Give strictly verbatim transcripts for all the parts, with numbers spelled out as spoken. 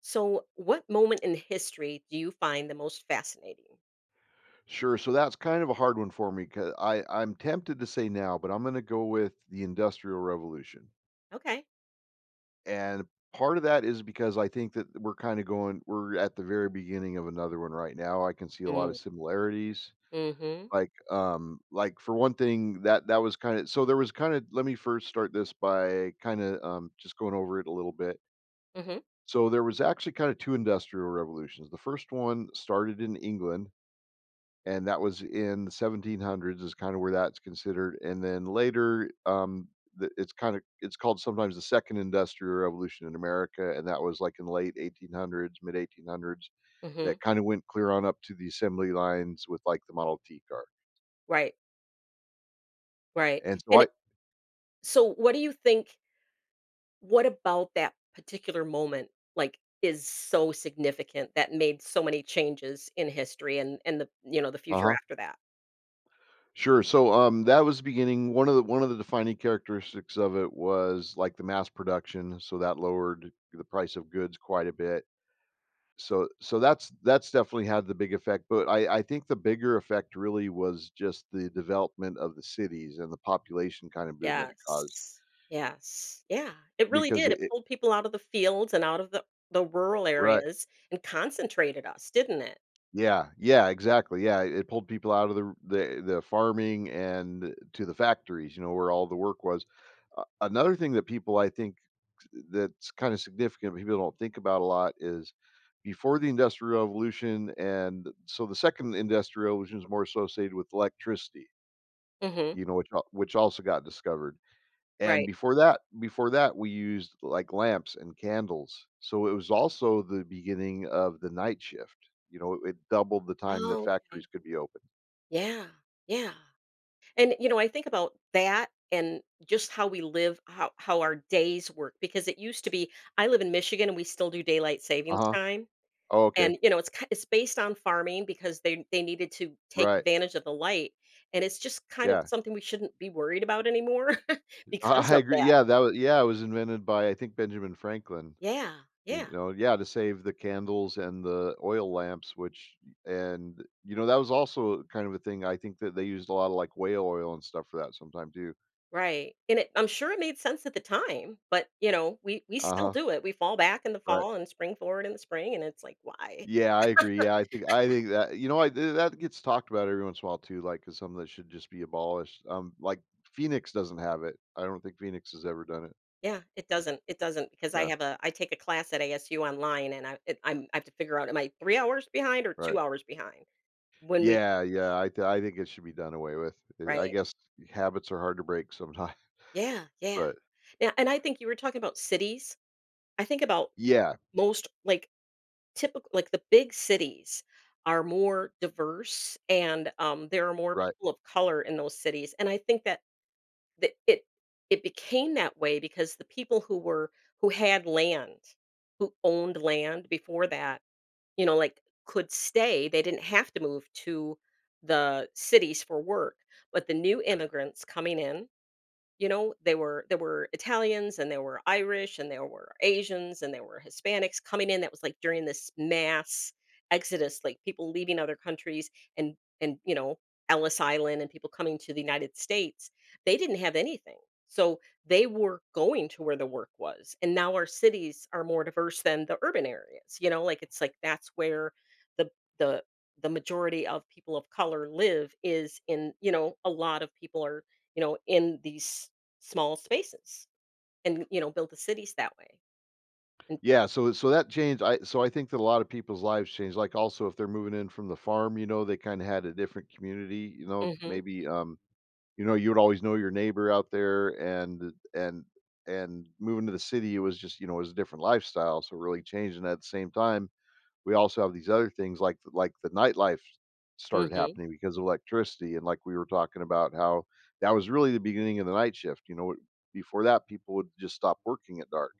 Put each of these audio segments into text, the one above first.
So, what moment in history do you find the most fascinating? Sure. So that's kind of a hard one for me because I I'm tempted to say now, but I'm going to go with the Industrial Revolution. Okay. And part of that is because I think that we're kind of going we're at the very beginning of another one right now. I can see a lot of Mm. similarities. Mhm. Like um like for one thing that that was kind of so there was kind of let me first start this by kind of um just going over it a little bit. Mhm. So there was actually kind of two industrial revolutions. The first one started in England, and that was in the seventeen hundreds is kind of where that's considered. And then later um the, it's kind of it's called sometimes the second Industrial Revolution in America, and that was like in the late eighteen hundreds, mid eighteen hundreds, that Mhm. kind of went clear on up to the assembly lines with like the Model T car. Right. Right. And so And I so what do you think what about that particular moment like is so significant that made so many changes in history and and the you know the future uh-huh after that? Sure. So um that was the beginning. One of the one of the defining characteristics of it was like the mass production, so that lowered the price of goods quite a bit. So so that's that's definitely had the big effect, but I I think the bigger effect really was just the development of the cities and the population kind of boom that it caused. Yes. Yes. Yeah. It really Because did. It it it pulled people out of the fields and out of the the rural Right. areas and concentrated us, didn't it? Yeah, yeah, exactly, yeah, it pulled people out of the the the farming and to the factories, you know, where all the work was. A another thing that people I think that's kind of significant, people don't think about a lot is before the Industrial Revolution. And so the second Industrial Revolution is more associated with electricity. Mhm. You know, which al which also got discovered, and Right. before that before that, we used, like, lamps and candles, so it was also the beginning of the night shift, you know, it doubled the time that Oh, factories okay. could be open. Yeah, yeah. And, you know, I think about that and just how we live, how how our days work because it used to be I live in Michigan and we still do daylight savings Uh-huh. time. Oh, okay. And, you know, it's ki it's based on farming because they they needed to take Right. advantage of the light, and it's just kind of Yeah. something we shouldn't be worried about anymore I because I of agree, that. yeah, that was, yeah, it was invented by, I think, Benjamin Franklin, Yeah, you yeah, know, yeah, to save the candles and the oil lamps, which, and, you know, that was also kind of a thing, I think that they used a lot of, like, whale oil and stuff for that sometime too. right. And it I'm sure it made sense at the time, but, you know, we we still Uh-huh. do it. We fall back in the Right. fall and spring forward in the spring, and it's like, "Why?" Yeah, I agree. Yeah, I think I think that you know I th- that gets talked about every once in a while too, like 'cause some of that should just be abolished. Um, like Phoenix doesn't have it. I don't think Phoenix has ever done it. Yeah, it doesn't. It doesn't because I Yeah, have a I take a class at A S U online and I it, I'm I have to figure out am I three hours behind or two right. hours behind when we Yeah, yeah. I th- I think it should be done away with. Uh, I right. guess habits are hard to break sometimes, Yeah, yeah. but Now and I think you were talking about cities. I think about yeah, most like typical like the big cities are more diverse and um, there are more right. people of color in those cities and I think that that it it became that way because the people who were who had land, who owned land before that. You know, like, could stay, they didn't have to move to the cities for work, but the new immigrants coming in, you know, they were there were Italians and there were Irish and there were Asians and there were Hispanics coming in. That was like during this mass exodus, like people leaving other countries, and and you know, Ellis Island and people coming to the United States. They didn't have anything. So they were going to where the work was. And now our cities are more diverse than the urban areas. You know, like it's like that's where the the the majority of people of color live is in, you know, a lot of people are, you know, in these small spaces and, you know, build the cities that way. And Yeah, so so that changed. I so I think that a lot of people's lives changed. Like also if they're moving in from the farm, you know, they kind of had a different community. You know, mhm, maybe um You know, you would always know your neighbor out there, and and and moving to the city, it was just, you know, it was a different lifestyle, so really changing. At the same time, we also have these other things like like the nightlife started mhm, happening because of electricity, and like we were talking about how that was really the beginning of the night shift, you know? Before that, people would just stop working at dark.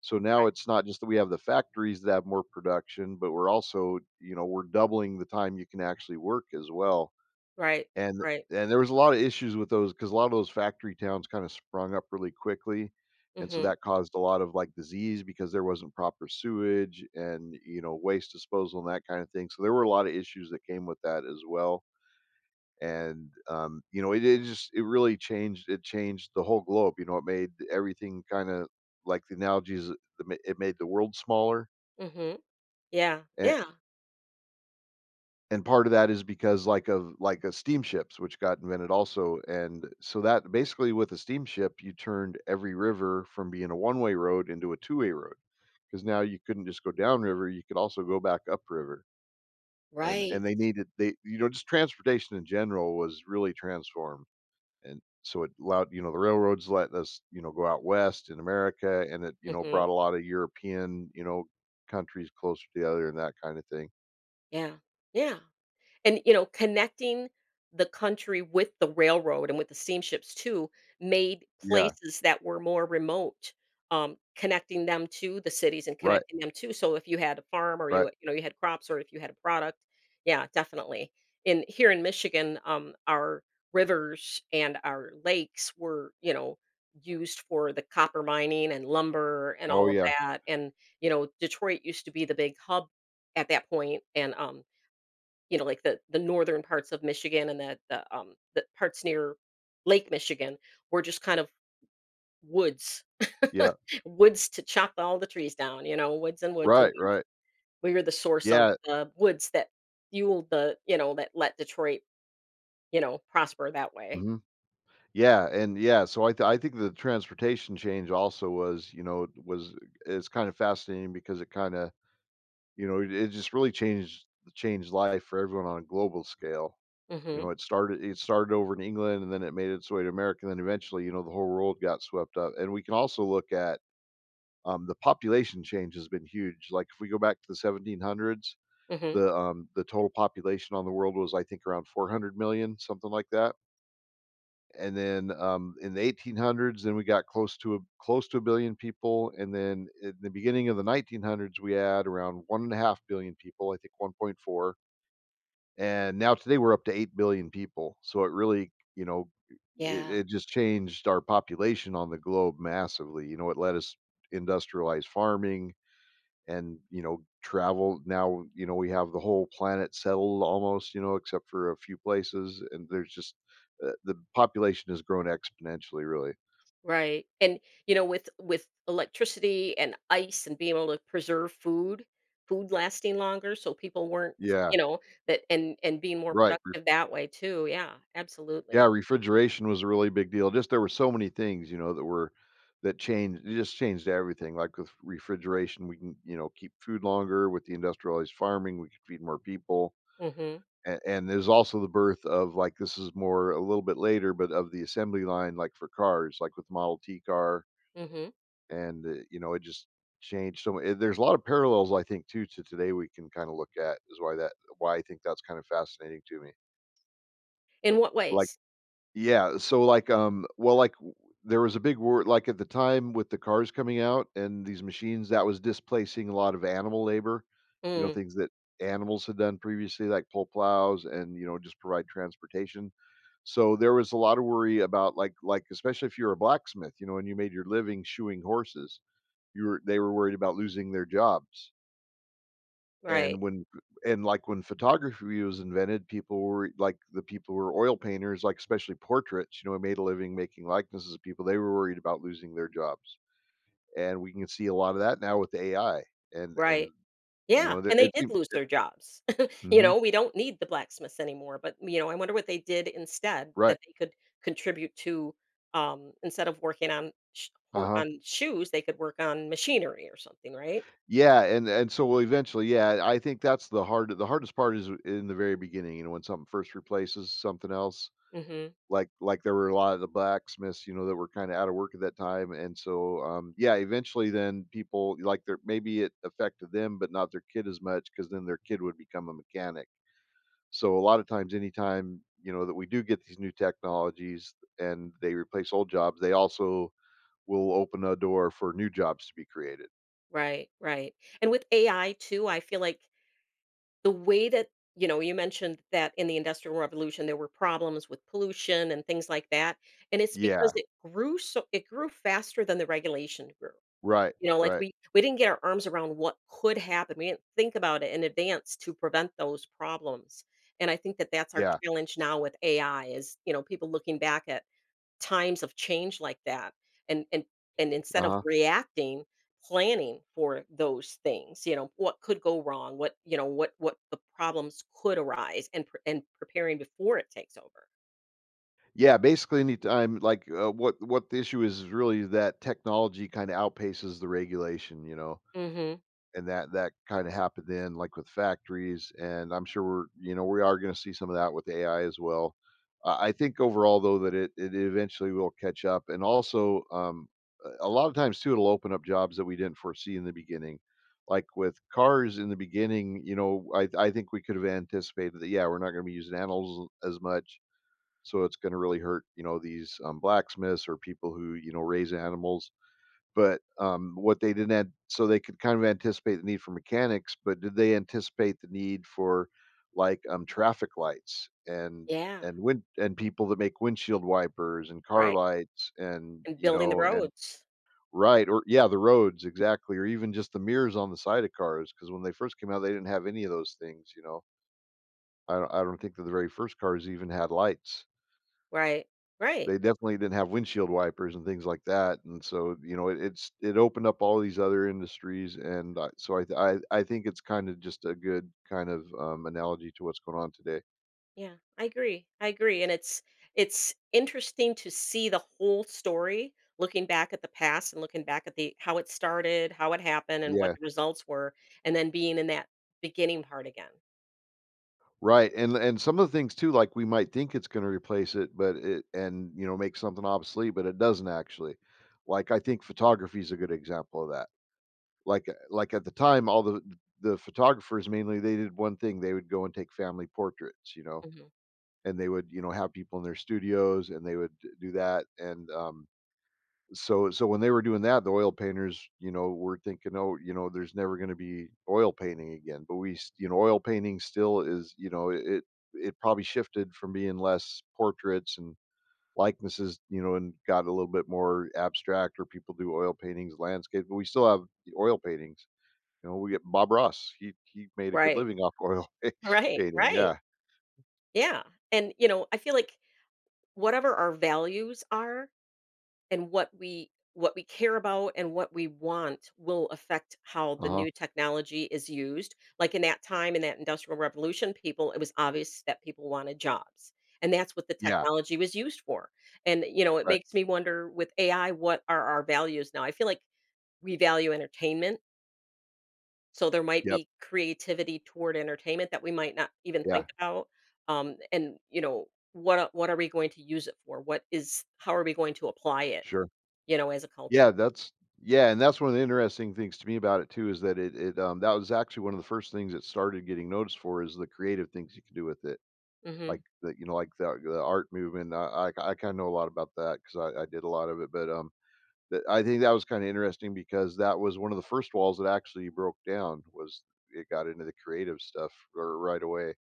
So now right, it's not just that we have the factories that have more production, but we're also, you know, we're doubling the time you can actually work as well. right, And right. and there was a lot of issues with those because a lot of those factory towns kinda sprung up really quickly, and so Mhm, that caused a lot of, like, disease because there wasn't proper sewage and, you know, waste disposal and that kind of thing, so there were a lot of issues that came with that as well. And, um, you know, it it just it really changed it changed the whole globe. You know, it made everything kinda like the analogies, it ma it made the world smaller. mhm. Yeah, a yeah. and part of that is because like of like a steamships which got invented also, and so that basically with a steamship, you turned every river from being a one-way road into a two-way road, because now you couldn't just go downriver, you could also go back upriver. and Right. and they needed, they, you know, just transportation in general was really transformed, and so it allowed, you know, the railroads let us, you know, go out west in America, and it, you know, Mhm. brought a lot of European, you know, countries closer together, and that kind of thing. Yeah, yeah. And, you know, connecting the country with the railroad and with the steamships too made Yeah, places that were more remote, um, connecting them to the cities and right, connecting them to so if you had a farm or you right. you know you had crops or if you had a product, yeah, definitely. In here in Michigan, um, our rivers and our lakes were, you know, used for the copper mining and lumber and Oh all of yeah, that. And you know, Detroit used to be the big hub at that point, and um, you know, like the the northern parts of Michigan and the the um the parts near Lake Michigan were just kind of woods, yeah. woods to chop all the trees down, you know, woods and woods and Right, woods. right. We were the source of Yeah. the woods that fueled the, you know, that let Detroit, you know, prosper that way. Mhm. Yeah, and yeah, so I th I think the transportation change also was, you know, was it's kind of fascinating because it kinda, you know, it it just really changed changed life for everyone on a global scale. You Hmm. know, it started it started over in England, and then it made its way to America, and then eventually, you know, the whole world got swept up. And we can also look at, um, the population change has been huge, like, if we go back to the seventeen hundreds, Hmm. the, um, the total population on the world was, I think, around four hundred million, something like that. And then um, in the eighteen hundreds, then we got close to a, close to a billion people, and then in the beginning of the nineteen hundreds, we had around one and a half billion people, I think one point four, and now today we're up to eight billion people. So it really, you know, it, Yeah. it just changed our population on the globe massively. You know, it let us industrialize farming, and you know travel. Now, you know, we have the whole planet settled almost, you know, except for a few places, and there's just, uh, the population has grown exponentially really. Right. And you know, with with electricity and ice and being able to preserve food, food lasting longer, so people weren't, Yeah, you know, that and and being more right. Ref- productive that way too. Yeah, Yeah, absolutely. refrigeration was a really big deal. Just there were so many things, you know, that were that changed, it just changed everything. Like with refrigeration, we can, you know, keep food longer. With the industrialized farming, we could feed more people. Mhm. And, and there's also the birth of like, this is more a little bit later, but of the assembly line, like for cars, like with Model T car. Mhm. And, uh, you know, it just changed so much. There's a lot of parallels, I think, too, to today we can kinda look at is why that, why I think that's kind of fascinating to me. In what Like ways? yeah, so, like, um, well, like, w there was a big word like, at the time with the cars coming out and these machines, that was displacing a lot of animal labor, you know, Mm, things that animals had done previously, like pull plows and, you know, just provide transportation. So, there was a lot of worry about, like like, especially if you're a blacksmith, you know, and you made your living shoeing horses, you were they were worried about losing their jobs. right. And when and, like, when photography was invented, people were like, the people who were oil painters, like, especially portraits, you know, made a living making likenesses of people, they were worried about losing their jobs. And we can see a lot of that now with A I. and and, Right. you Yeah, know, there and they it did seem lose their jobs. You Mhm. know, we don't need the blacksmiths anymore, but you know, I wonder what they did instead Right. that they could contribute to um instead of working on sh- or Uh-huh. on shoes, they could work on machinery or something, right? Yeah, and and so we eventually, yeah, I think that's the hard the hardest part is in the very beginning, you know, when something first replaces something else. Mhm. Like like, there were a lot of the blacksmiths, you know, that were kinda out of work at that time, and so, um, yeah, eventually then people like, there maybe it affected them, but not their kid as much, because then their kid would become a mechanic. So, a lot of times, anytime, you know, that we do get these new technologies and they replace old jobs, they also will open a door for new jobs to be created. Right, right. And with A I too, I feel like the way that, you know, you mentioned that in the Industrial Revolution there were problems with pollution and things like that, and it's because Yeah. it grew so it grew faster than the regulation grew. Right, You know, like right. we we didn't get our arms around what could happen. We didn't think about it in advance to prevent those problems. And I think that that's our Yeah. challenge now with A I is, you know, people looking back at times of change like that and and and instead of Uh-huh. reacting planning for those things, you know, what could go wrong, what, you know, what what the problems could arise and pre- and preparing before it takes over. Yeah, basically, anytime like, uh, what what the issue is is really that technology kinda outpaces the regulation, you know? Mhm, And that that kind of happened then, like with factories, and I'm sure we're, you know, we are going to see some of that with A I as well. I I think overall though that it it eventually will catch up, and also um, a a lot of times too it'll open up jobs that we didn't foresee in the beginning. Like with cars in the beginning, you know, I I think we could have anticipated that yeah we're not going to be using animals as much, so it's going to really hurt you know these um, blacksmiths or people who you know raise animals but, um, what they didn't an so they could kind of anticipate the need for mechanics, but did they anticipate the need for, like, um, traffic lights and yeah, and wind and people that make windshield wipers and car right, lights and, and you building the know, and roads right, or yeah, the roads, exactly, or even just the mirrors on the side of cars because when they first came out, they didn't have any of those things, you know? I don't I don't think that the very first cars even had lights. right, They right. definitely didn't have windshield wipers and things like that, and so, you know, it it's it opened up all these other industries, and, uh, so I th- I I think it's kinda just a good kind of, um, analogy to what's going on today. Yeah, I agree. I agree, and it's it's interesting to see the whole story, looking back at the past and looking back at the how it started, how it happened, and what Yeah, the results were, and then being in that beginning part again. right, and and some of the things too, like, we might think it's gonna replace it, but it and, you know, make something obsolete, but it doesn't actually. Like, I think photography is a good example of that. Like, uh, like, at the time, all the the photographers mainly, they did one thing, they would go and take family portraits, you know? Mhm. And they would, you know, have people in their studios and they would d- do that. And um, so, so when they were doing that, the oil painters, you know, were thinking, oh, you know, there's never going to be oil painting again. But we, s- you know, oil painting still is, you know, it it probably shifted from being less portraits and likenesses, you know, and got a little bit more abstract. Or people do oil paintings, landscapes, but we still have the oil paintings. You know, we get Bob Ross. He he made a good Right, living off oil right, painting. right. Yeah. Yeah, and you know, I feel like whatever our values are, and what we what we care about and what we want will affect how Uh the huh. new technology is used. Like in that time, in that industrial revolution, people it was obvious that people wanted jobs. And that's what the Yeah. technology was used for. And you know, it Right. makes me wonder with A I, what are our values now? I feel like we value entertainment. So there might Yep. be creativity toward entertainment that we might not even Yeah. think about. Um, and you know, what a- what are we going to use it for? What is how are we going to apply it, Sure. you know, as a Yeah, culture? that's yeah, and that's one of the interesting things to me about it too is that it it um that was actually one of the first things it started getting noticed for is the creative things you can do with it. Hmm. Like the you know like the the art movement. I I, I kind of know a lot about that because I, I did a lot of it, but um that I think that was kind of interesting because that was one of the first walls that actually broke down was it got into the creative stuff r- right away.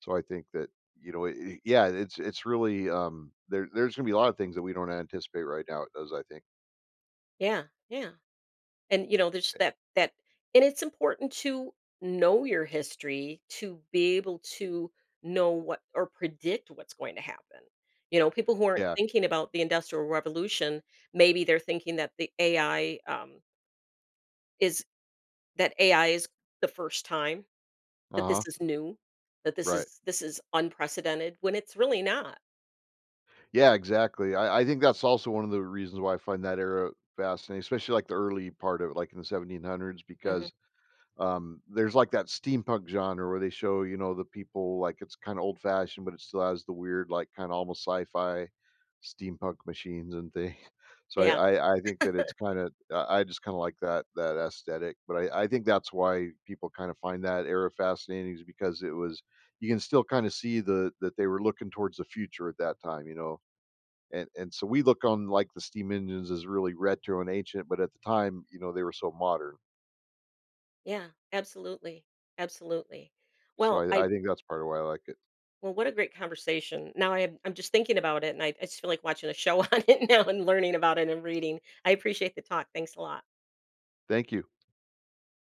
So I think that you know it, it- yeah it's it's really um there there's gonna be a lot of things that we don't anticipate right now. It does I think Yeah, yeah. And you know, there's that that, and it's important to know your history to be able to know what or predict what's going to happen. You know, people who aren't yeah thinking about the Industrial Revolution, maybe they're thinking that the A I um, is that A I is the first time uh that this huh is new, that this right. is this is unprecedented when it's really not. Yeah, exactly. I, I think that's also one of the reasons why I find that era fascinating, especially like the early part of it, like in the seventeen hundreds, Hmm. because Um, there's like that steampunk genre where they show, you know, the people like it's kind of old fashioned, but it still has the weird, like kind of almost sci-fi steampunk machines and things. So Yeah, I, I, I think that it's kind of I I just kind of like that that aesthetic, but I, I think that's why people kind of find that era fascinating is because it was you can still kind of see the that they were looking towards the future at that time, you know. And and so we look on like the steam engines as really retro and ancient, but at the time, you know, they were so modern. yeah, absolutely, absolutely. So Well, I, I I think that's part of why I like it. Well, what a great conversation. Now I'm I'm just thinking about it, and I I just feel like watching a show on it now and learning about it and reading. I appreciate the talk. Thanks a lot. Thank you.